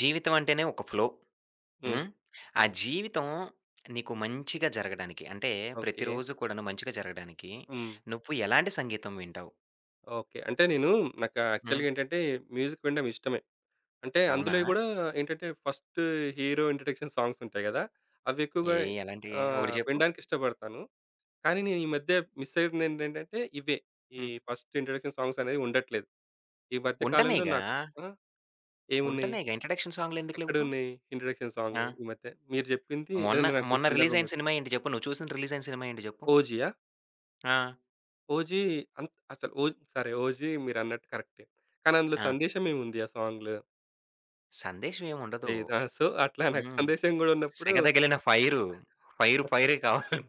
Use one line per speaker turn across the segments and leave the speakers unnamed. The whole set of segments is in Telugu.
జీవితం అంటేనే ఒక ఫ్లో.
హ్మ్.
హ్మ్. ఆ
హ్మ్.
జీవితం నీకు మంచిగా జరగడానికి అంటే
ఓకే.
ప్రతిరోజు కూడాను మంచిగా జరగడానికి
హ్మ్.
నువ్వు ఎలాంటి సంగీతం వింటావు?
ఓకే. అంటే నేను నాకు
హ్మ్.
యాక్చువల్‌గా ఏంటంటే మ్యూజిక్ వినడం ఇష్టమే. అంటే
అవునా?
అందులోయి గూడా ఏంటంటే ఫస్ట్ హీరో ఇంట్రడక్షన్ సాంగ్స్ ఉంటాయి గదా! అవి ఎక్కువగా
ఏ ఎలాంటి ఒకటి చెప్పు?
వినడానికి ఇష్టపడతాను. కానీ నేను ఈ మధ్య మిస్ అయింది ఏంటంటే ఇవే. ఈ
హ్మ్.
ఫస్ట్ ఇంట్రడక్షన్ సాంగ్స్ అనేవి ఉండట్లేదు. ఈ మధ్య కాలంలో
ఉంటనేగా,
నాకు ఆ! ఏమున్నాయి?
ఉంటనేగా ఇంట్రడక్షన్ సాంగ్‌లెందుకు లెవ్వు?
ఎక్కడున్నాయి ఇంట్రడక్షన్
ఆ!
సాంగ్ ఈ మధ్య? మీరు జెప్పింది
మొన్న
ఏదైనా నాకు
మొన్న రిలీజ్
సందర్భం
అయిన
గుర్తు.
సినిమా ఏంటి చెప్పు? నువ్వు చూసిన రిలీజ్ అయిన సినిమా ఏంటి చెప్పు?
'ఓజియా'?
ఆ!
'ఓజీ' అంత్ అసలు ఓజ్ సరే 'ఓజీ' మీరన్నట్టు కరెక్టే. కానీ అందులో
ఆ!
సందేశమేముంది ఆ సాంగ్‌లో?
సందేశం ఏముండదు.
లేదా? సో, అట్లా నాకు
హ్మ్.
సందేశం గూడా ఉన్నప్పుడు
సెగ తగిలిన ఫైరు. ఫైరు ఫైరే కావాలి.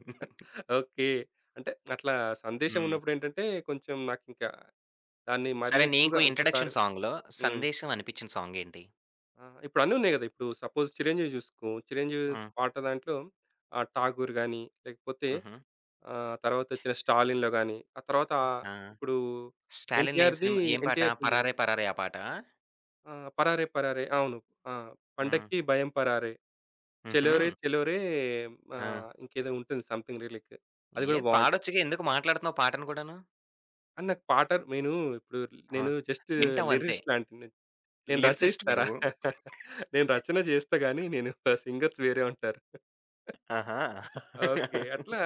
ఓకే. అంటే అట్లా సందేశం
హ్మ్.
ఉన్నప్పుడేంటంటే, కొంచెం నాకింకా దాన్ని మళ్ళీ
సరే నీకు
ఎక్కువగా ఇంకోసారి.
ఇంట్రడక్షన్ సాంగ్‌లో
హ్మ్.
'సందేశం' అనిపించిన సాంగ్ ఏంటి?
ఆ! ఇప్పుడు అన్నీ ఉన్నాయి గదా! ఇప్పుడు సపోజ్ 'చిరంజీవి' జూసుకో. 'చిరంజీవి'
హ్మ్.
పాట దాంట్లో 'ఠాగూర్' గాని, లేకపోతే
హుహు.
తర్వాతొచ్చిన 'స్టాలిన్‌లో' గాని, ఆ తర్వాత
ఆ!
ఇప్పుడు
'స్టాలిన్ లేని'
'ఎన్టీఆర్‌ది'
సినిమా ఏం పాట?
'ఎన్టీఆర్‌ది' ఉంది గదా!
'పరారే పరారే' ఆ పాటా?
ఆ! 'పరారే పరారే' అవును. ఆ!
హ్మ్.
'పండక్కి భయం పరారే',
హుహు.
'చెలోరే చెలోరే'
ఆ!
ఇంకేదో ఉంటుంది సంథింగ్ లిరిక్. అది కూడా
ఏది
బావుంటుంది.
పాడొచ్చుగా ఎందుకు మాట్లాడుతున్నావు పాటను కూడాను?
కానీ నాకు పాట నేను ఇప్పుడు
ఆ!
నేను జస్ట్
వింటావంతే.
లిరిసిస్ట్ లాంటిని. నేను నేను
లిరిసిస్ట్‌వా
రచయిస్తారా?
నువ్వు?
నేను రచన చేస్తా గానీ నేను సింగర్స్ వేరే ఉంటారు.
ఆహా!
ఓకే. అట్లా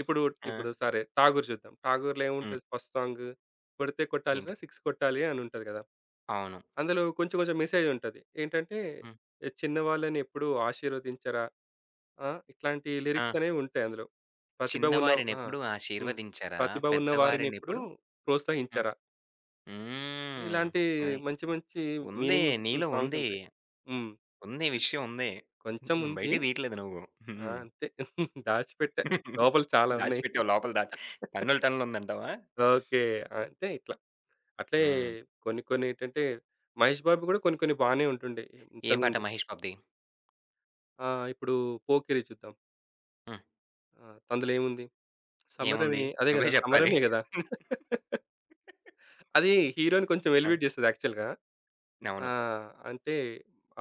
ఇప్పుడు
ఆ!
ఇప్పుడు సరే 'ఠాగూర్' చూద్దాం. 'ఠాగూర్'లో
హ్మ్.
ఏముంటది ఫస్ట్ సాంగ్? 'కొడితే కొట్టాలిరా
ఏంటిది?
6 కొట్టాలి' అని ఉంటది కదా!
అవును.
అందులో కొంచెం కొంచెం మెసేజ్ ఉంటది. ఏంటంటే
హ్మ్.
చిన్నవాళ్ళని ఎప్పుడూ ఆశీర్వదించరా. ఆ! ఇట్లాంటి
ఆ!
లిరిక్స్ అనేవి ఉంటాయి అందులో. ప్రతిభ ఉన్న ఆ!
చిన్నవారినెప్పుడు
హ్మ్.
ఆశీర్వదించరా
ప్రతిభ ఉన్న వారినెప్పుడూ
పెద్దవారినెప్పుడు హ్మ్.
ప్రోత్సహించరా.
హ్మ్.
ఇలాంటి
అది.
మంచి మంచి
ఉంది.
మీనింగ్‌ఫుల్
నీలో
సాంగ్స్
ఉంది.
ఉంటాయి. హ్మ్.
ఉంది.
అంటే
విషయం ఉంది.
కొంచెం
హ్మ్.
ఉంది.
బయటికి తీయట్లేదు నువ్వు.
ఆ!
హ్మ్.
అంతే దాచిపెట్టా. లోపల చాలా ఉన్నాయి.
దాచిపెట్టావు లోపల దాచి టన్నులు టన్నులుందంటావా?
ఓకే. అంతే ఇట్లా. అట్లే
హ్మ్.
కొన్ని కొన్ని ఏంటంటే 'మహేష్ బాబు' గూడా కొన్ని కొన్ని బానే ఉంటుండే
ఏం పాట
ఇంతకుముందు.
'మహేష్ బాబు'ది?
ఆ! ఇప్పుడు 'పోకిరి' చూద్దాం.
హ్మ్.
ఆ! అందులో ఏముంది? సమరమే
ఏముంది?
అదే
నువ్వే
గదా!
జెప్పాలి.
సమరమే గదా! అది హీరో‌ని కొంచెం
ఆ!
ఎలివేట్ చేస్తది యాక్చువల్‌గా.
అవును.
అంటే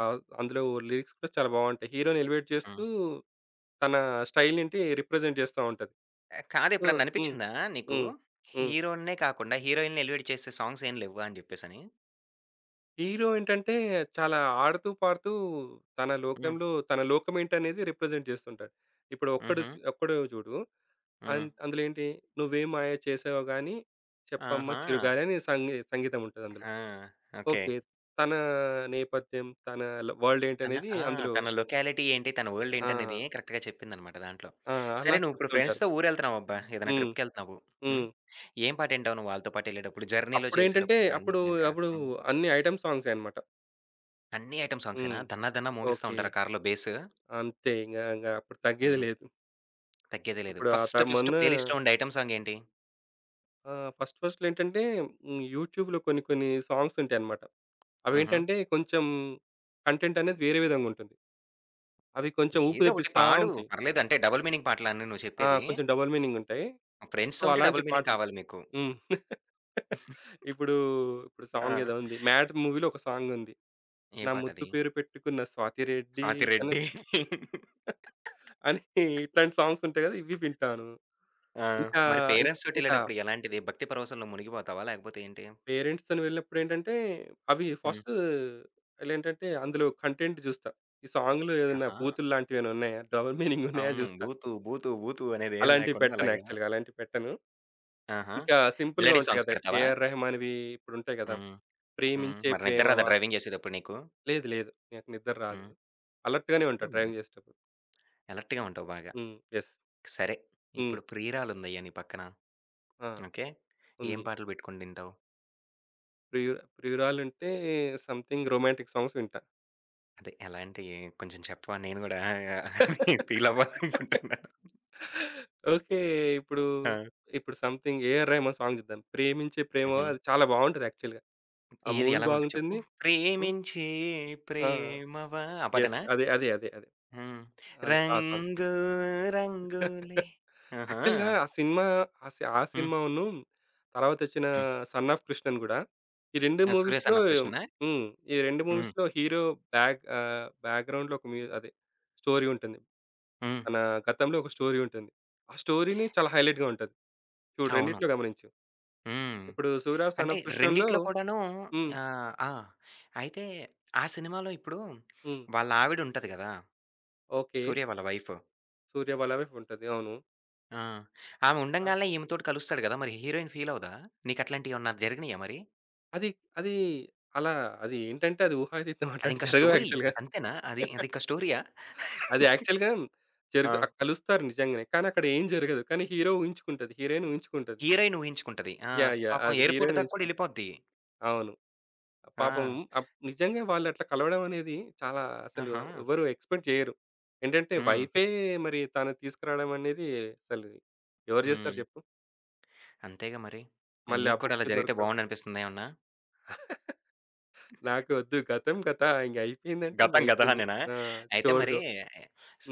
అందులో లిరిక్స్ కూడా చాలా బావుంటాయి. హీరో‌ని ఎలివేట్ చేస్తూ
హ్మ్.
తన స్టైల్ ఏంటి రిప్రజెంట్ చేస్తా ఉంటది.
కాదు
సో,
ఎప్పుడన్నా
హ్మ్.
అనిపిచ్చిందా నీకు
హ్మ్. హ్మ్.
హీరో‌లనే కాకుండా హీరోయిన్‌ని ఎలివేట్ చేసే సాంగ్స్ ఏం లెవ్వా అని జెప్పేసని?
హీరో ఏంటంటే చాలా ఆడుతూ పాడుతూ తన
హ్మ్.
లోకంలో తన లోకమేంటనేది రిప్రజెంట్ చేస్తుంటాడు. ఇప్పుడు
హుహు.
ఒక్కడు చూడు.
హ్మ్.
అందులో ఏంటి "నువ్వే మాయ చేసావో గాని చెప్పమ్మ
ఆహా!
చిరుగాలి" అని సంగీతం ఉంటదందులో.
ఆ! ఓకే.
ఓకే. తన నేపథ్యం, తన వరల్డ్
తన
ఏంటనేది
ఆ!
అందులో.
తన లొకాలిటీ ఏంటి? తన వరల్డ్
ఆ!
ఏంటనేది కరెక్ట్‌గా చెప్పిందనమాట దాంట్లో.
ఆ! అలా
సరే నువ్వు ఇప్పుడు
చెప్తుంటారు.
ఫ్రెండ్స్‌తో ఊరెళ్తున్నావు అబ్బా! ఏదైనా
హ్మ్.
ట్రిప్‌కెళ్తున్నావు. హ్మ్.
హ్మ్.
ఏం పాటింటావు నువ్వు వాళ్ళతో పాటెళ్ళేటప్పుడు? జర్నీలో
అప్పుడేంటంటే,
చేసేటప్పుడు కానీ
అప్పుడు,
ఇంక
అప్పుడు
హ్మ్.
అన్ని ఐటెమ్ సాంగ్సే అన్నమాట.
అన్ని ఐటెమ్ సాంగ్సేనా?
హ్మ్.
'దన్నా దన్నా' మోగిస్తా
ఓకే.
ఉంటారా కార్‌లో బేసు?
అంతే ఇంగ, ఇంగ అప్పుడు తగ్గేది
హ్మ్.
లేదు.
తగ్గేదే లేదు.
ఇప్పుడు ఆ
ఫస్ట్
త
ఫస్ట్
మొన్న
ప్లేలిస్ట్‌లో ఉండే ఐటెమ్ సాంగ్ ఏంటి?
ఫస్ట్ ఫస్ట్‌లో ఏంటంటే యూట్యూబ్‌లో కొన్ని సాంగ్స్ ఉంటాయన్నమాట.
హుహు.
అవేంటంటే కొంచెం కంటెంట్ అనేది వేరే విధంగా ఉంటుంది. అవి కొంచెం ఊపు
ఏదో ఒకటి
తెప్పిస్తా
పాడు.
ఉంటాయి.
పర్లేదు అంటే డబుల్ మీనింగ్ పాటలా అన్నీ నువ్వు
ఆ!
చెప్పేది?
కొంచెం డబుల్ మీనింగ్ ఉంటాయి. సో,
ఫ్రెండ్స్‌తో ఉంటే
అలాంటి
డబుల్ మీనింగ్
పాటలు.
కావాలి మీకు.
హ్మ్. ఇప్పుడు, ఇప్పుడు సాంగ్
ఆ!
ఏదో ఉంది. 'మ్యాడ్' మూవీలో ఒక సాంగ్ ఉంది.
ఏం
నా ముద్దు
పాటది?
పేరు పెట్టుకున్న స్వాతి రెడ్డి అని
'ఆతిరెడ్డి.'
అని ఇట్లాంటి సాంగ్స్ ఉంటాయి కదా! ఇవి వింటాను.
ఆ!
ఇంకా,
మరి
ఇంకా
పేరెంట్స్‌తోటెళ్ళేటప్పుడు ఎలాంటిది? భక్తి పరవశంలో మునిగిపోతావా? లేకపోతే ఏంటి?
పేరెంట్స్‌తోని వెళ్ళినప్పుడేంటంటే, అవి
హ్మ్.
ఫస్ట్ ఏంటంటే అందులో కంటెంట్ చూస్తా. ఈ సాంగ్‌లో ఏదైనా
ఆహా!
బూతులు లాంటివి ఏమైనా ఉన్నాయా? డబుల్ మీనింగ్ ఉన్నాయా అని
అవును.
చూస్తా.
బూతు, బూతు, బూతు అనేదేం
అలాంటివి
లేకుండా
పెట్టను
అలాగా.
యాక్చువల్‌గా, అలాంటివి పెట్టను.
ఆహా!
ఇంకా సింపుల్‌గా
మెలోడీ
ఉంటాయి
సాంగ్స్
కదా!
పెడతావా?
ఏఆర్ రెహమాన్‌వి ఇప్పుడు ఉంటాయి కదా!
హ్మ్. హ్మ్.
ప్రేమించే
మరి నిద్ర రాదా
ప్రేమవా.
డ్రైవింగ్ చేసేటప్పుడు నీకు?
లేదు. లేదు. నాకు నిద్ర రాదు.
హ్మ్.
అలర్ట్ గానే ఉంటా
హ్మ్.
డ్రైవింగ్ చేసేటప్పుడు.
అలర్ట్‌గా ఉంటావు బాగా.
హ్మ్. యెస్.
సరే.
హ్మ్.
ఇప్పుడు ప్రియురాలుందయ్యా నీ పక్కన.
ఆ!
ఓకే. ఏం
ఉంది.
పాటలు పెట్టుకొని వింటావు?
ప్రియు ప్రియురాలంటే సంథింగ్ రొమాంటిక్ సాంగ్స్ వింటా.
అదే ఎలాంటియి కొంచెం చెప్పవా? నేను గూడా ఫీల్ అవ్వాలనుకుంటున్నాను.
ఓకే. ఇప్పుడు,
ఆ!
ఇప్పుడు సంథింగ్ ఏఆర్ రెహమాన్ సాంగ్ చూద్దాం. 'ప్రేమించే ప్రేమ'
హుహు.
అది చాలా బావుంటది యాక్చువల్‌గా. ఆ
ఏది
మూవీ
ఎలాగుంటది చెప్పు?
బాగుంటుంది. హ్మ్.
'ప్రేమించే
ఆ!
ప్రేమవా' ఆ
యెస్.
పాటేనా?
అదే.
హ్మ్.
అదే. ఆ సాంగ్.
రంగు రంగులే ఆహా!
యాక్చువల్‌గా ఆ సినిమా, ఆ
హ్మ్.
సినిమాను తర్వాతొచ్చిన
హ్మ్.
'సన్ ఆఫ్ కృష్ణన్' గూడా, ఈ 2
ఆ! 'సురేష్
మూవీస్‌లో.
అన్న కృష్ణనా'?
హ్మ్. ఈ 2
హ్మ్.
మూవీస్‌లో హీరో బ్యాక్‌గ్రౌండ్‌లో ఒక మ్యూ అదే స్టోరీ ఉంటుంది.
హ్మ్.
తన గతంలో ఒక స్టోరీ ఉంటుంది. ఆ స్టోరీని చాలా హైలైట్‌గా ఉంటది. చూడు
అవును.
రెండిట్లో గమనించు.
హ్మ్.
ఇప్పుడు 'సూర్య సన్
అంటే
ఆఫ్ కృష్ణన్‌లో'.
రెండిట్లో కూడాను
హ్మ్.
ఆ! అయితే ఆ సినిమాలో ఇప్పుడు
హ్మ్.
వాళ్ళ ఆవిడుంటది గదా!
ఓకే.
'సూర్య' వాళ్ళ వైఫ్.
'సూర్య' వాళ్ళ వైఫ్ ఉంటది. అవును.
ఆ! ఆమె
ఆ!
ఉండంగాల్నే ఈమెతోటి కలుస్తాడు గదా! మరి హీరోయిన్ ఫీల్ అవ్వదా? నీకట్లాంటియేమన్నా జరిగినియా మరి?
అది అది అలా అది ఏంటంటే అది ఊహాతీతం, అట్లాంటివి
అదింకా
జరగవు
స్టోరీ
యాక్చువల్‌గా.
అంతేనా? అది అదింకా స్టోరీయా?
అది యాక్చువల్‌గా
ఆ!
కలుస్తారు నిజంగానే. కానీ అక్కడ ఏం జరగదు. కానీ హీరో ఊహించుకుంటది. హీరోయిన్ ఊహించుకుంటది.
హీరోయిన్ ఊహించుకుంటది. ఆ!
యాహ్! యాహ్!
పాపం
అది
ఎయిర్‌పోర్ట్
హీరోయిన్
దాకా కూడా
ఊహించుకుంటది.
ఎళ్ళిపోద్ది.
అవును. ఆ పాపం
ఆ!
నిజంగా వాళ్ళు అట్లా కలవడం అనేది చాలా అసలు
ఆహా!
ఎవరు ఎక్స్‌పెక్ట్ చేయరు. ఏంటంటే
హ్మ్.
వైఫే మరి తను తీసుకురావడం అనేది అసలు ఎవరు చేస్తారు
హ్మ్.
చెప్పు?
అంతేగా మరి.
మళ్ళీ ఆ
నీకు కూడా అలా
బుక్
జరిగితే
దొరకడం.
బావుండనిపిస్తుందా ఏమన్నా?
నాకు వద్దు. గతం గత ఇంక అయిపోయిందంటే ఇంక
గతం గతం
అయిపోయింది.
అనేనా?
ఆ!
అయితే
చోర్
మరి
దో.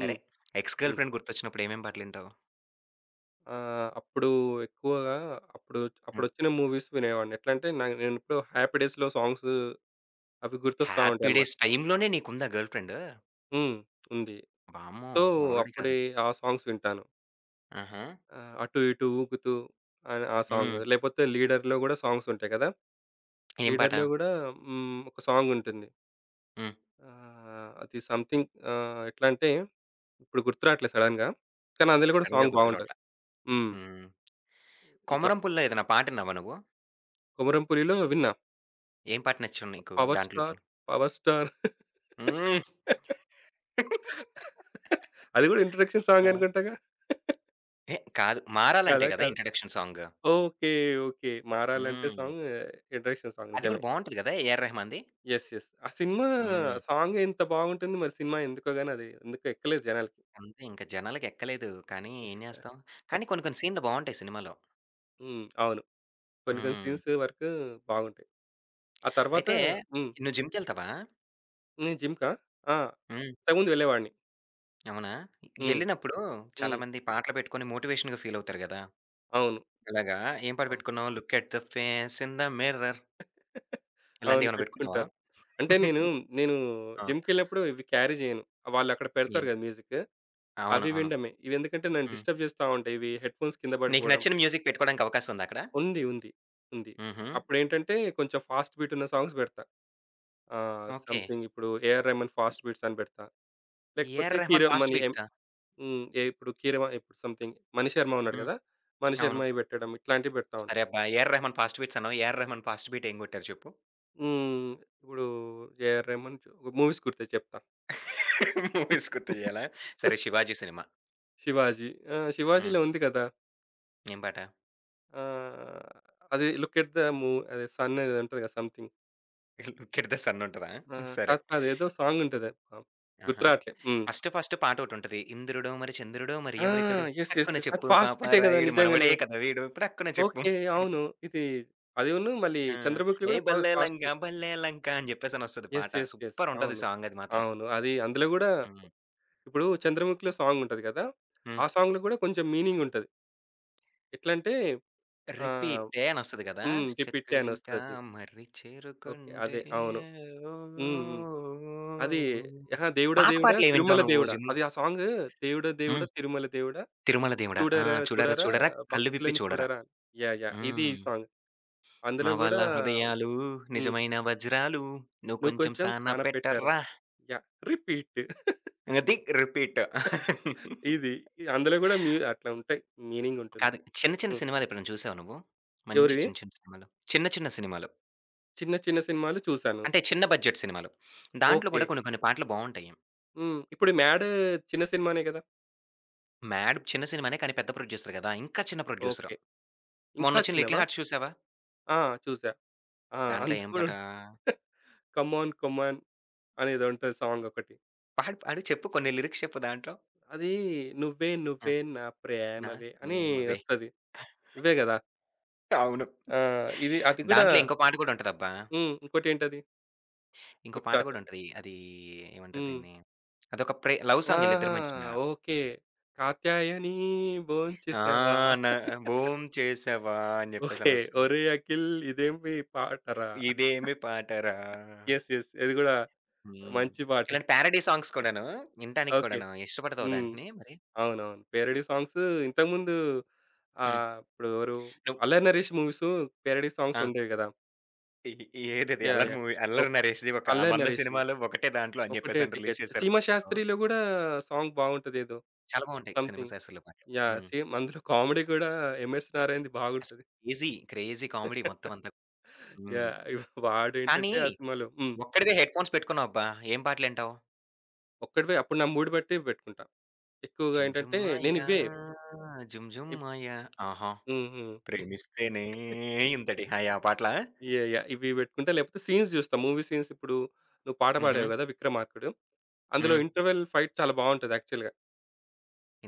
హ్మ్.
Ex girl
hmm.
ఫ్రెండ్ గుర్తొచ్చినప్పుడు ఏమేం పాటలింటావు?
ఆ! అప్పుడు ఎక్కువగా అప్పుడు
హ్మ్.
అప్పుడొచ్చిన మూవీస్ వినేవాడిని. ఎట్లంటే నేనెప్పుడు 'హ్యాపీ డేస్‌లో' సాంగ్స్ అవి గుర్తొస్తా
'హ్యాపీ
ఉంటాయన్నమాట.
డేస్' టైమ్‌లోనే నీకుందా గర్ల్ ఫ్రెండ్?
హ్మ్. ఉంది.
వామ్మో!
సో,
మామూలోడి కాదు.
అప్పుడే ఆ సాంగ్స్ వింటాను.
ఆహా!
'అటు ఇటు ఊగుతూ' అని ఆ సాంగ్.
హ్మ్.
లేకపోతే 'లీడర్‌లో' గూడా సాంగ్స్ ఉంటాయి కదా!
ఏం పాట?
'లీడర్‌లో' గూడా హ్మ్. ఒక సాంగ్ ఉంటుంది.
హ్మ్.
అది సంథింగ్ ఆహ్, ఎట్లంటే ఇప్పుడు గుర్తు రావట్లేదు సడెన్‌గా. కానీ అందులో గూడా
సడెన్‌గా
సాంగ్
గుర్తుకు
బావుంటది.
రావట్లా.
హ్మ్.
హ్మ్.
ఇట్లా
'కొమరం పుల్ల' ఏదైనా పాట ఇన్నావా నువ్వు?
'కొమరం పులి'లో విన్నా.
ఏం పాట నచ్చింది నీకు
'పవర్
దాంట్లోది?
స్టార్', 'పవర్ స్టార్'
హ్మ్.
అది గూడా ఇంట్రడక్షన్ సాంగ్
ఆ!
అనుకుంటగా?
కాదు. 'మారాలంటే' గదా!
కాదా?
Introduction song.
ఓకే. ఓకే. 'మారాలంటే'
హ్మ్.
సాంగ్ ఇంట్రడక్షన్ సాంగ్
అది కూడా
నిజమే.
బావుంటది గదా! ఏఆర్ రెహమాన్‌ది.
యెస్. ఆ సినిమా
హ్మ్.
సాంగ్ ఎంత బాగుంటుంది. మరి సినిమా ఎందుకో గాని అది ఎందుకో ఎక్కలేదు జనాలకి.
అంతే ఇంక జనాలకి ఎక్కలేదు. కానీ ఏం జేస్తాం. కానీ కొన్ని కొన్ని సీన్‌లు బావుంటాయి సినిమాలో.
హ్మ్. అవును. కొన్ని కొన్ని
హ్మ్.
సీన్స్ వరకు బాగుంటాయి. ఆ తర్వాత.
అయితే
హ్మ్.
నువ్వు జిమ్‌కెళ్తావా?
హ్మ్. జిమ్‌కా? ఆ!
హ్మ్.
ఇంతకుముందు వెళ్ళేవాడిని.
అవునా?
హ్మ్.
ఎళ్ళినప్పుడు
హ్మ్.
చాలామంది పాటలు పెట్టుకొని మోటివేషన్‌గా ఫీల్ అవుతారు గదా!
అవును.
ఇలాగా ఏం పాట
అవును.
పెట్టుకున్నావు? 'Look at the face in the mirror'
అవును.
ఇలాంటియేమైనా పెట్టుకున్నావా?
పెట్టుకుంటారు. అంటే నేను
ఆ!
జిమ్‌కెళ్ళినప్పుడు ఇవి క్యారీ చేయను. వాళ్ళక్కడ పెడతారు
ఏంటి?
కదా మ్యూజిక్.
అవును.
అవి
అవును.
వినడమే. ఇవెందుకంటే నన్ను
హ్మ్.
డిస్టర్బ్ చేస్తా ఉంటాయి, ఇవి హెడ్‌ఫోన్స్ కింద
నీకు
పడిపోవడం.
నచ్చిన మ్యూజిక్ పెట్టుకోవడానికి అవకాశం ఉందా అక్కడ?
ఉంది. ఉంది. ఉంది.
హుహు.
అప్పుడేంటంటే కొంచెం ఫాస్ట్ బీట్ ఉన్న సాంగ్స్ పెడతా.
ఓకే.
సంథింగ్ ఇప్పుడు ఏఆర్ రెహమాన్ ఫాస్ట్ బీట్స్ అని పెడతా. లేకపోతే
A R Rahman fast
Keeravani M
బీట్సా?
హ్మ్. ఏ ఇప్పుడు కీరమ ఇప్పుడు సంథింగ్ మణిశర్మ ఉన్నాడు
హ్మ్.
కదా!
అవును.
మణిశర్మయి పెట్టడం ఇట్లాంటివి పెడతా
సరే
ఉంటాం.
అబ్బా! ఏఆర్ రెహమాన్ ఫాస్ట్ బీట్స్ అన్నావు. ఏఆర్ రెహమాన్ ఫాస్ట్ బీట్ ఏం కొట్టారు చెప్పు?
హ్మ్. ఇప్పుడు ఏఆర్ రెహమాన్ మూవీస్ గుర్తొచ్చి చెప్తా.
మూవీస్ గుర్తుచేయాలా? సరే 'శివాజీ' సినిమా.
శివాజీ. ఆ!
హ్మ్.
'శివాజీలో' ఉంది కదా!
ఏం పాట?
ఆహ్, అది 'లుక్ ఎట్ ద మూ' అదే సన్ ఏదో ఉంటది కదా! సంథింగ్.
'కిడ్ ద సన్' ఉంటదా?
ఆ!
సరే.
కాదు కాదు ఏదో సాంగ్ ఉంటది. ఆ! గుర్తు
ఆహా!
రావట్లే. హ్మ్.
First first పాటోటుంటది. ఇంద్రుడో మరి చంద్రుడో మరి
ఆ!
ఎవరితడు? టక్కున
యెస్. అది
చెప్పు
ఫాస్ట్
పాప
బీటే కదా!
రాయుడు మనవడే
నిజంగానే.
కదా వీడు టక్కున చెప్పు.
ఓకే. అవును. ఇది అదిను మళ్ళీ
ఆ!
'చంద్రముఖిలో'
ఏ
కూడా
బల్లే
ఫాస్ట్
లంక
బీట్.
బల్లే లంక అని చెప్పేసనొస్తది పాట.
యెస్.
సూపరుంటది
అవును.
సాంగ్ అది మాత్రం.
అవును. అది అందులో గూడా
హ్మ్.
ఇప్పుడు 'చంద్రముఖిలో' సాంగ్ ఉంటది కదా!
హ్మ్.
ఆ సాంగ్‌లో కూడా కొంచెం మీనింగ్ ఉంటది. ఎట్లంటే ఆహ్,
రిపీటే అనొస్తది గదా!
హ్మ్. రిపీటే అని
"చేతులింకా
వస్తది.
మర్రి
ఓకే.
చేరుకుంటే
అదే. అవును.
ఓ
హ్మ్. హ్మ్. అది అహా! 'దేవుడా
పాత
దేవుడా
పాటలు ఏమి
తిరుమల
వింటావు నువ్వు
దేవుడా'
జిమ్‌లో?
అది ఆ సాంగ్. 'దేవుడా దేవుడా
హ్మ్.
తిరుమల దేవుడా
'తిరుమల దేవుడా'. ఆ!
చూడరా
చూడరా
చూడరా
చూడరా కళ్ళు విప్పి
భక్తులని
చూడరా.
చూడరా'. యాహ్! యాహ్! ఇది ఈ
హ్మ్.
సాంగ్.
మా
అందులో
వాళ్ళ
గూడా
హృదయాలు
ఉంటుంది. హ్మ్.
నిజమైన వజ్రాలు నువ్వు
'నువ్వు
కొంచెం
కొంచెం
సాన
చాన పెట్టరా'.
పెట్టరా.
యాహ్! రిపీట్.
అది రిపీట్.
ఇది ఇది అందులో గూడా అట్లా ఉంటాయి. మీనింగ్ ఉంటుంది.
కాదు. చిన్న చిన్న
హ్మ్.
సినిమాలు ఎప్పుడైనా చూసావా నువ్వు? మంచి
ఎవరివి?
చిన్న చిన్న సినిమాలు. చిన్న చిన్న సినిమాలు.
చిన్న చిన్న సినిమాలు చూసాను.
అంటే చిన్న బడ్జెట్ సినిమాలు. దాంట్లో
ఓకే.
గూడా కొన్ని కొన్ని పాటలు బావుంటాయి.
హ్మ్. ఇప్పుడు 'మ్యాడ్' చిన్న సినిమానే గదా!
'మ్యాడ్' చిన్న సినిమానే కానీ పెద్ద ప్రొడ్యూసర్ గదా! ఇంకా చిన్న ప్రొడ్యూసరు.
ఓకే. ఇంకా
మొన్నొచ్చిన 'లిటిల్
చిన్నవా?
హార్ట్స్' చూసావా?
ఆ! చూసా. ఆ!
దాంట్లో
అందులో
ఏం
గూడా
పాట?
ఉంటుంది. 'కమాన్ కమాన్' అనేదో ఉంటది సాంగ్ ఒకటి.
పాడు, పాడు చెప్పు కొన్ని లిరిక్స్ చెప్పు దాంట్లో.
అది 'నువ్వే
ఆ!
నువ్వే నా
నా
ప్రేమవే' అని
ఏమవే
వస్తది. ఇవే గదా!
అవును.
ఆ! అది కూడా.
దాంట్లో ఇంకో పాట గూడా ఉంటదబ్బా!
హ్మ్. ఇంకోటేంటది?
ఇంకో
గుర్తు
పాట
రాట్లే.
గూడా ఉంటది. అది ఏమంటారు
హ్మ్.
దీన్ని? అదొక లవ్ సాంగ్ ఈళ్ళిద్దరి
ఆహా!
మధ్యన.
ఓకే. 'కాత్యాయని
ఆ!
భోంచేసావా'.
న భోం చేసావా అని
ఓకే.
జెప్పేసనొస్తది.
'ఒరేయ్ అఖిల్ ఇదేమి పాటరా'.
ఇదేమి పాటరా!
యెస్. యెస్. ఇది గూడా
హ్మ్.
మంచి పాటే.
ఇలాంటి పారడీ సాంగ్స్ కూడాను, వినటానికి
ఓకే.
కూడాను ఇష్టపడతావు
హ్మ్.
దాన్ని మరి?
అవునవును. పేరడీ సాంగ్స్ ఇంతకుముందు
హ్మ్.
ఇప్పుడు ఎవరు
నువ్
'అల్లరి నరేష్' మూవీస్ పేరడీ సాంగ్స్
ఆ!
ఉండేవి గదా!
ఈ ఏదది
యాహ్!
'అల్లరి'
యాహ్!
మూవీ 'అల్లరి
ఒక్
నరేష్‌ది' ఒక
'అల్లరి
100
నరేష్‌వి.'
సినిమాలో ఒకటే దాంట్లో అని
ఒకటే
చెప్పేసని రిలీజ్
టికెట్.
చేశారు.
'సీమ శాస్త్రి'లో గూడా సాంగ్ బాగుంటదేదో
చాలా బాగుంటాయి సినిమా
సంథింగ్.
శాస్త్రుల పాటలు.
యాహ్!
హ్మ్.
సేమ్ అందులో కామెడీ గూడా 'ఎంఎస్ నారాయణ్‌ది'
అసలు
బాగుంటది.
క్రేజీ, క్రేజీ కామెడీ మొత్తం అంతా. హ్మ్.
యాహ్!
కానీ
వాడేంటంటే ఆ సినిమాలో. హ్మ్.
ఒక్కడివే హెడ్ ఫోన్స్ పెట్టుకున్నావబ్బా! ఏం పాటలింటావు?
ఒక్కడివే అప్పుడు నా మూడ్ బట్టి పెట్టుకుంటా. ఎక్కువగా
'జుమ్
ఏంటంటే
జుమ్మాయ
నేనివే
జుమ్
ఇప్
జుమ్మాయ ఆహా!
హ్మ్. హ్మ్.
ప్రేమిస్తేనే ఇంతటి హాయి' ఆ పాటలా?
యాహ్! యాహ్! ఇవి పెట్టుకుంటా. లేకపోతే సీన్స్ జూస్తా. మూవీ సీన్స్ ఇప్పుడు నువ్వు పాట
హుహు.
పాడావు గదా! 'విక్రమార్కుడు.' అందులో
హ్మ్.
ఇంటర్వెల్ ఫైట్ చాలా బావుంటది యాక్చువల్‌గా.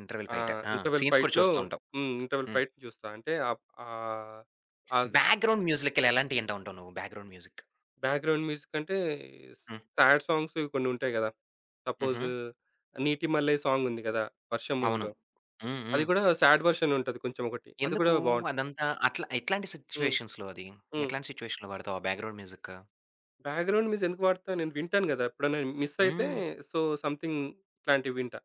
ఇంటర్వెల్
ఆ!
ఫైట్. ఆ!
ఇంటర్వెల్
సీన్స్ కూడా
ఫైట్‌లో.
చూస్తా ఉంటావు.
హ్మ్. ఇంటర్వెల్
హ్మ్.
ఫైట్ జూస్తా. అంటే ఆహ్, ఆహ్, ఆ
బ్యాక్‌గ్రౌండ్ మ్యూజిక్‌లు ఎలాంటియి ఇంటా ఉంటావు నువ్వు బ్యాక్‌గ్రౌండ్ మ్యూజిక్?
బ్యాక్‌గ్రౌండ్ మ్యూజిక్ అంటే
హ్మ్.
సాడ్ సాంగ్స్ కొన్ని ఉంటాయి గదా! సపోజ్
హుహు.
'నీటిమల్లె' సాంగ్ ఉంది గదా 'వర్షం'
అవును.
మూవీలో.
హ్మ్.
అది
హ్మ్.
గూడా సాడ్ వర్షన్ ఉంటది కొంచెం ఒకటి. అది
ఎందుకు
గూడా బావుంటది.
అదంతా అట్లా ఎట్లాంటి
హ్మ్.
సిట్యుయేషన్స్‌లో అది?
హ్మ్.
ఎట్లాంటి సిట్యుయేషన్‌లో వాడతావు ఆ బ్యాక్‌గ్రౌండ్ మ్యూజిక్?
బ్యాక్‌గ్రౌండ్ మ్యూజిక్ ఎందుకు వాడతా? నేను వింటాను గదా! ఎప్పుడన్నా మిస్ అయితే.
హ్మ్.
సో, సంథింగ్ ఇట్లాంటివి వింటా.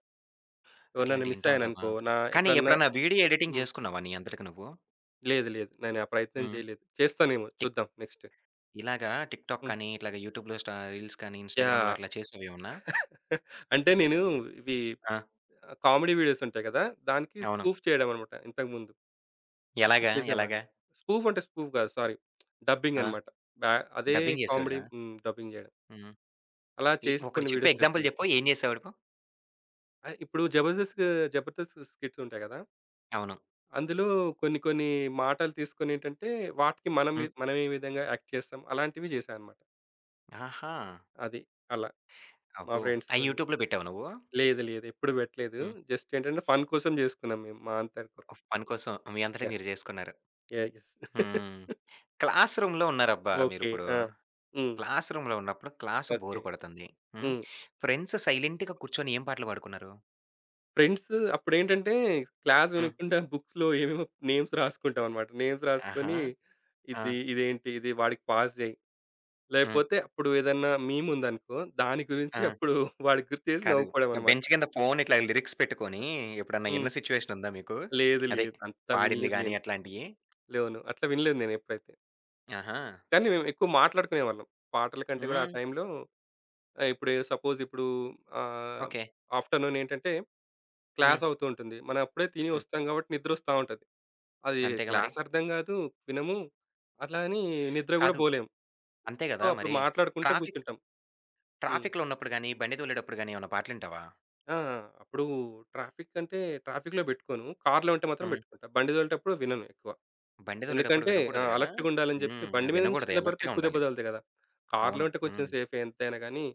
ఎవరినైనా
అట్లాంటియి
మిస్
వింటా ఉంటావా?
అయ్యాననుకో నా
కానీ
ఎప్పుడన్నా.
ఎప్పుడన్నా వీడియో ఎడిటింగ్
హ్మ్.
చేసుకున్నావా నీ అంతటికి నువ్వు?
లేదు. లేదు. నేను ఆ ప్రయత్నం
హ్మ్.
చేయలేదు. చేస్తానేమో
టిక్
చూద్దాం నెక్స్ట్.
ఇలాగా టిక్‌టాక్
హ్మ్.
కానీ, ఇట్లాగా యూట్యూబ్‌లో రీల్స్ కానీ, ఇన్‌స్టాగ్రామ్‌లో
యాహ్!
అట్లా చేసావేమన్నా?
అంటే నేను ఇవి
ఆ!
కామెడీ వీడియోస్ ఉంటాయి గదా! దానికి
అవును.
స్పూఫ్ చేయడం అనమాట ఇంతకుముందు. అట్లా
ఎలాగా?
చేసేవాడిని.
ఎలాగా?
స్పూఫ్ అంటే స్పూఫ్ గాదు. సారీ. డబ్బింగ్
ఆ!
అన్నమాట. బ్యా అదే
డబ్బింగ్
కామెడీ
చేసేవాడివా?
హ్మ్. డబ్బింగ్ జేయడం.
హ్మ్.
అలా చేసి
ఒకటి
కొన్ని
చెప్పు
వీడియోస్
ఎగ్జాంపుల్
చేసుకునేవాడిని.
చెప్పు. ఏం చేసేవాడివి?
ఇప్పుడు జబర్దస్త్‌కి జబర్దస్త్ స్కిట్స్ ఉంటాయి గదా!
అవును.
అందులో కొన్ని కొన్ని మాటలు తీసుకొని ఏంటంటే వాటికి
హ్మ్.
మనం ఏ విధంగా యాక్ట్ చేస్తాం అలాంటివి చేశా అన్నమాట.
ఆహా!
అది. అలా మా
అబ్బో! అయి
ఫ్రెండ్స్‌తోని.
యూట్యూబ్‌లో పెట్టావా నువ్వు?
లేదు లేదు. ఎప్పుడు పెట్టలేదు.
హ్మ్.
జస్ట్ ఏంటంటే ఫన్ కోసం జేసుకున్నాం మేము మా అంతటి వరకు.
పని కోసం మీ అంతట
యాహ్!
మీరు చేసుకున్నారు.
యాహ్! యెస్.
హ్మ్. క్లాస్ రూమ్‌లో ఉన్నారబ్బా!
ఓకే.
మీరిప్పుడు.
ఆ! హ్మ్.
క్లాస్ రూమ్‌లో ఉన్నప్పుడు క్లాసు
ఓకే.
బోర్ కొడుతుంది. హ్మ్.
హ్మ్.
ఫ్రెండ్స్ సైలెంట్‌గా కూర్చొని ఏం పాటలు పాడుకున్నారు?
ఫ్రెండ్స్ అప్పుడేంటంటే, క్లాస్
హ్మ్.
వినకుండా బుక్స్‌లో ఏవేవో నేమ్స్ రాసుకుంటామనమాట. నేమ్స్
ఆహా!
రాసుకొని,
ఆ!
ఇదేంటి, ఇది వాడికి పాస్ జెయి.
హ్మ్.
లేపోతే అప్పుడు ఏదన్నా మీమ్ ఉందనుకో, దాని గురించి
ఆ!
అప్పుడు వాడికి గుర్తుచేసి
కాదు.
నవ్వుకోవడమనమాట.
బెంచ్ కింద ఫోన్ ఇట్లా లిరిక్స్ పెట్టుకొని ఎప్పుడన్నా
హ్మ్.
ఇన్న సిట్యుయేషన్ ఉందా మీకు?
లేదు,
అదే
లేదు. అంతా
పాడింది
వినలేదు
గాని
నేను.
అట్లాంటియి?
లోను అట్లా వినలేదు నేనెప్పుడైతే.
ఆహా!
కానీ మేము ఎక్కువ మాట్లాడుకునేవాళ్ళం. పాటల కంటే గూడా ఆ
హ్మ్.
టైంలో ఆహ్, ఇప్పుడు సపోజ్ ఇప్పుడు ఆహ్,
ఓకే.
ఆఫ్టర్‌నూన్ ఏంటంటే,
హ్మ్.
క్లాస్ అవుతూ ఉంటుంది. మనం అప్పుడే తిని
హ్మ్.
వస్తాం గాబట్టి నిద్రొస్తా ఉంటది. అది
అంతేగా మరి?
క్లాస్ అర్థం గాదు. వినము. అట్లా అని నిద్ర గూడా
కాదు.
పోలేం.
అంతే
సో,
గదా!
అప్పుడు
మరి.
మాట్లాడుకుంటా
ట్రాఫిక్
గూర్చుంటాం. హ్మ్.
ట్రాఫిక్‌లో ఉన్నప్పుడు గాని, బండి తోలేటప్పుడు గాని ఏమన్నా పాటలింటావా?
ఆ! అప్పుడు ట్రాఫిక్ అంటే ట్రాఫిక్‌లో బెట్టుకోను. కార్‌లో ఉంటే మాత్రం
హ్మ్.
బెట్టుకుంటా. బండి తోలేటప్పుడు వినను ఎక్కువ.
బండి తోలేటప్పుడు
ఎందుకంటే ఆ!
వినకూడదు గదా!
అలర్ట్‌గుండాలని జెప్పి
హ్మ్.
బండి మీద నుంచి
వినకూడదు.
కింద పడితే
అలర్ట్‌గా
ఎక్కువ దెబ్బ
ఉండాలి.
తగులుతాయి గదా! కార్‌లో
అవును.
అంటే కొంచెం
హ్మ్.
సేఫే ఎంతైనా గానీ,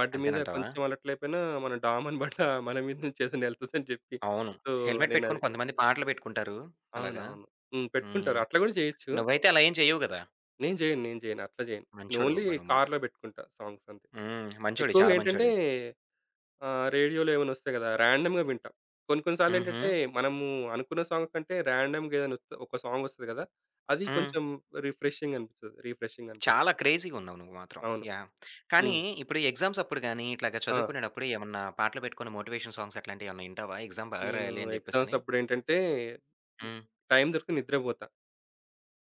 బండి మీద
అంతేనంటావా?
కొంచెం అలర్ట్ లేపోయినా మన డామన్ బండ మన మీద నుంచి ఏదైనా ఎళ్తదని జెప్పి.
అవును.
సో,
హెల్మెట్
నేనది
పెట్టుకొని కొంతమంది పాటలు పెట్టుకుంటారు. అలాగా.
అవునవును. హ్మ్. పెట్టుకుంటారు.
హ్మ్.
అట్లా గూడా జేయొచ్చు.
నువ్వైతే అలా ఏం చెయ్యవు గదా!
నేను జేయను. అట్లా జేయను. నేను ఓన్లీ
మంచోడివబ్బా నువ్వు
కార్‌లో
మాత్రం.
పెట్టుకుంటా సాంగ్స్ అంతే.
హ్మ్. మంచోడివి.
ఎక్కువగా
చాలా
ఏంటంటే
మంచోడివి.
రేడియోలో ఏమైనా వస్తాయి గదా! ర్యాండమ్‌గా వింటా. కొన్ని కొన్ని సార్లు
హుహు.
ఏంటంటే మనము అనుకున్న సాంగ్ కంటే ర్యాండమ్‌గా ఏదైనా ఒక సాంగ్ వస్తది గదా! అది
హ్మ్.
కొంచెం రిఫ్రెషింగ్ అనిపిస్తది. రిఫ్రెషింగ్ అనిపియడం.
చాలా క్రేజీగా ఉన్నావు నువ్వు మాత్రం.
అవును.
యాహ్! కానీ
హ్మ్.
ఇప్పుడు ఎగ్జామ్స్ అప్పుడు గాని, ఇట్లాగా
ఆ!
చదువుకునేటప్పుడు ఏమన్నా పాటలు పెట్టుకొని మోటివేషన్ సాంగ్స్ అట్లాంటివి ఏమన్నా ఇంటావా? ఎగ్జామ్ బాగా
నేను
రాయాలి అని
ఎగ్జామ్స్
జెప్పేసని.
అప్పుడేంటంటే హ్మ్,
హ్మ్.
టైం దొరికితే నిద్రపోతా.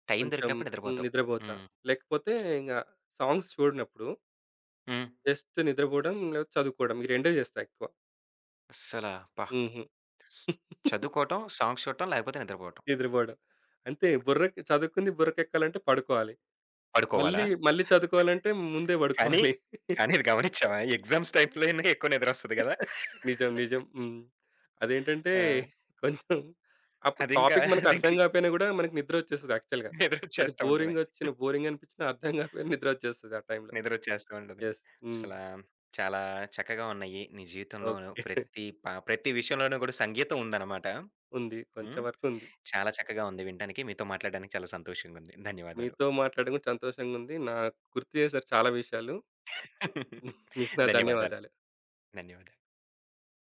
టైం
కొంచెం
దొరికినప్పుడు నిద్రపోతావు.
నిద్రపోతా.
హ్మ్.
లేకపోతే ఇంగ సాంగ్స్ చూడనప్పుడు
హ్మ్.
జస్ట్ నిద్రపోవడం, లేకపోతే చదువుకోవడం. ఈ రెండే జేస్తా ఎక్కువ.
అస్సల అబ్బా!
హుహు.
స్ చదువుకోవటం, సాంగ్స్ చూడటం, లేకపోతే నిద్రపోవటం.
నిద్రపోవడం. అంతే బుర్రకి చదువుకుంది బుర్రకెక్కాలంటే పడుకోవాలి.
పడుకోవాలా?
మళ్ళీ చదువుకోవాలంటే ముందే
కానీ,
పడుకోవాలి.
కానీ ఇది గమనిచ్చావా? ఎగ్జామ్స్ టైమ్‌లోనే ఎక్కువ నిద్రొస్తది గదా!
నిజం. నిజం. హ్మ్. అదేంటంటే
ఆ!
కొంచెం అప్పుడు
అదింకా
టాపిక్ మనకు
అదింక
అర్థం కాకపోయినా గూడా మనకు నిద్ర వచ్చేస్తది యాక్చువల్‌గా. అది
నిద్రొచ్చేస్తా ఉంటది.
బోరింగ్ వచ్చిన బోరింగ్ అనిపించినా అర్థం కాకపోయినా నిద్ర వచ్చేస్తది ఆ టైంలో.
నిద్రొచ్చేస్తా ఉంటది.
యెస్. హ్మ్.
అసలా చాలా చక్కగా ఉన్నాయి. నీ జీవితంలోను
ఓకే.
ప్రతి విషయంలోనూ గూడా సంగీతం ఉందనమాట.
ఉంది. కొంచెం
హ్మ్.
వరకు ఉంది.
చాలా చక్కగా ఉంది వినటానికి. మీతో మాట్లాడడానికి చాలా సంతోషంగుంది. ధన్యవాదాలు.
మీతో మాట్లాడడం కూడా సంతోషంగా ఉంది. నాకు గుర్తు చేశారు చాలా విషయాలు. మీకు నా
ధన్యవాదాలు.
ధన్యవాదాలు.
ధన్యవాదాలు.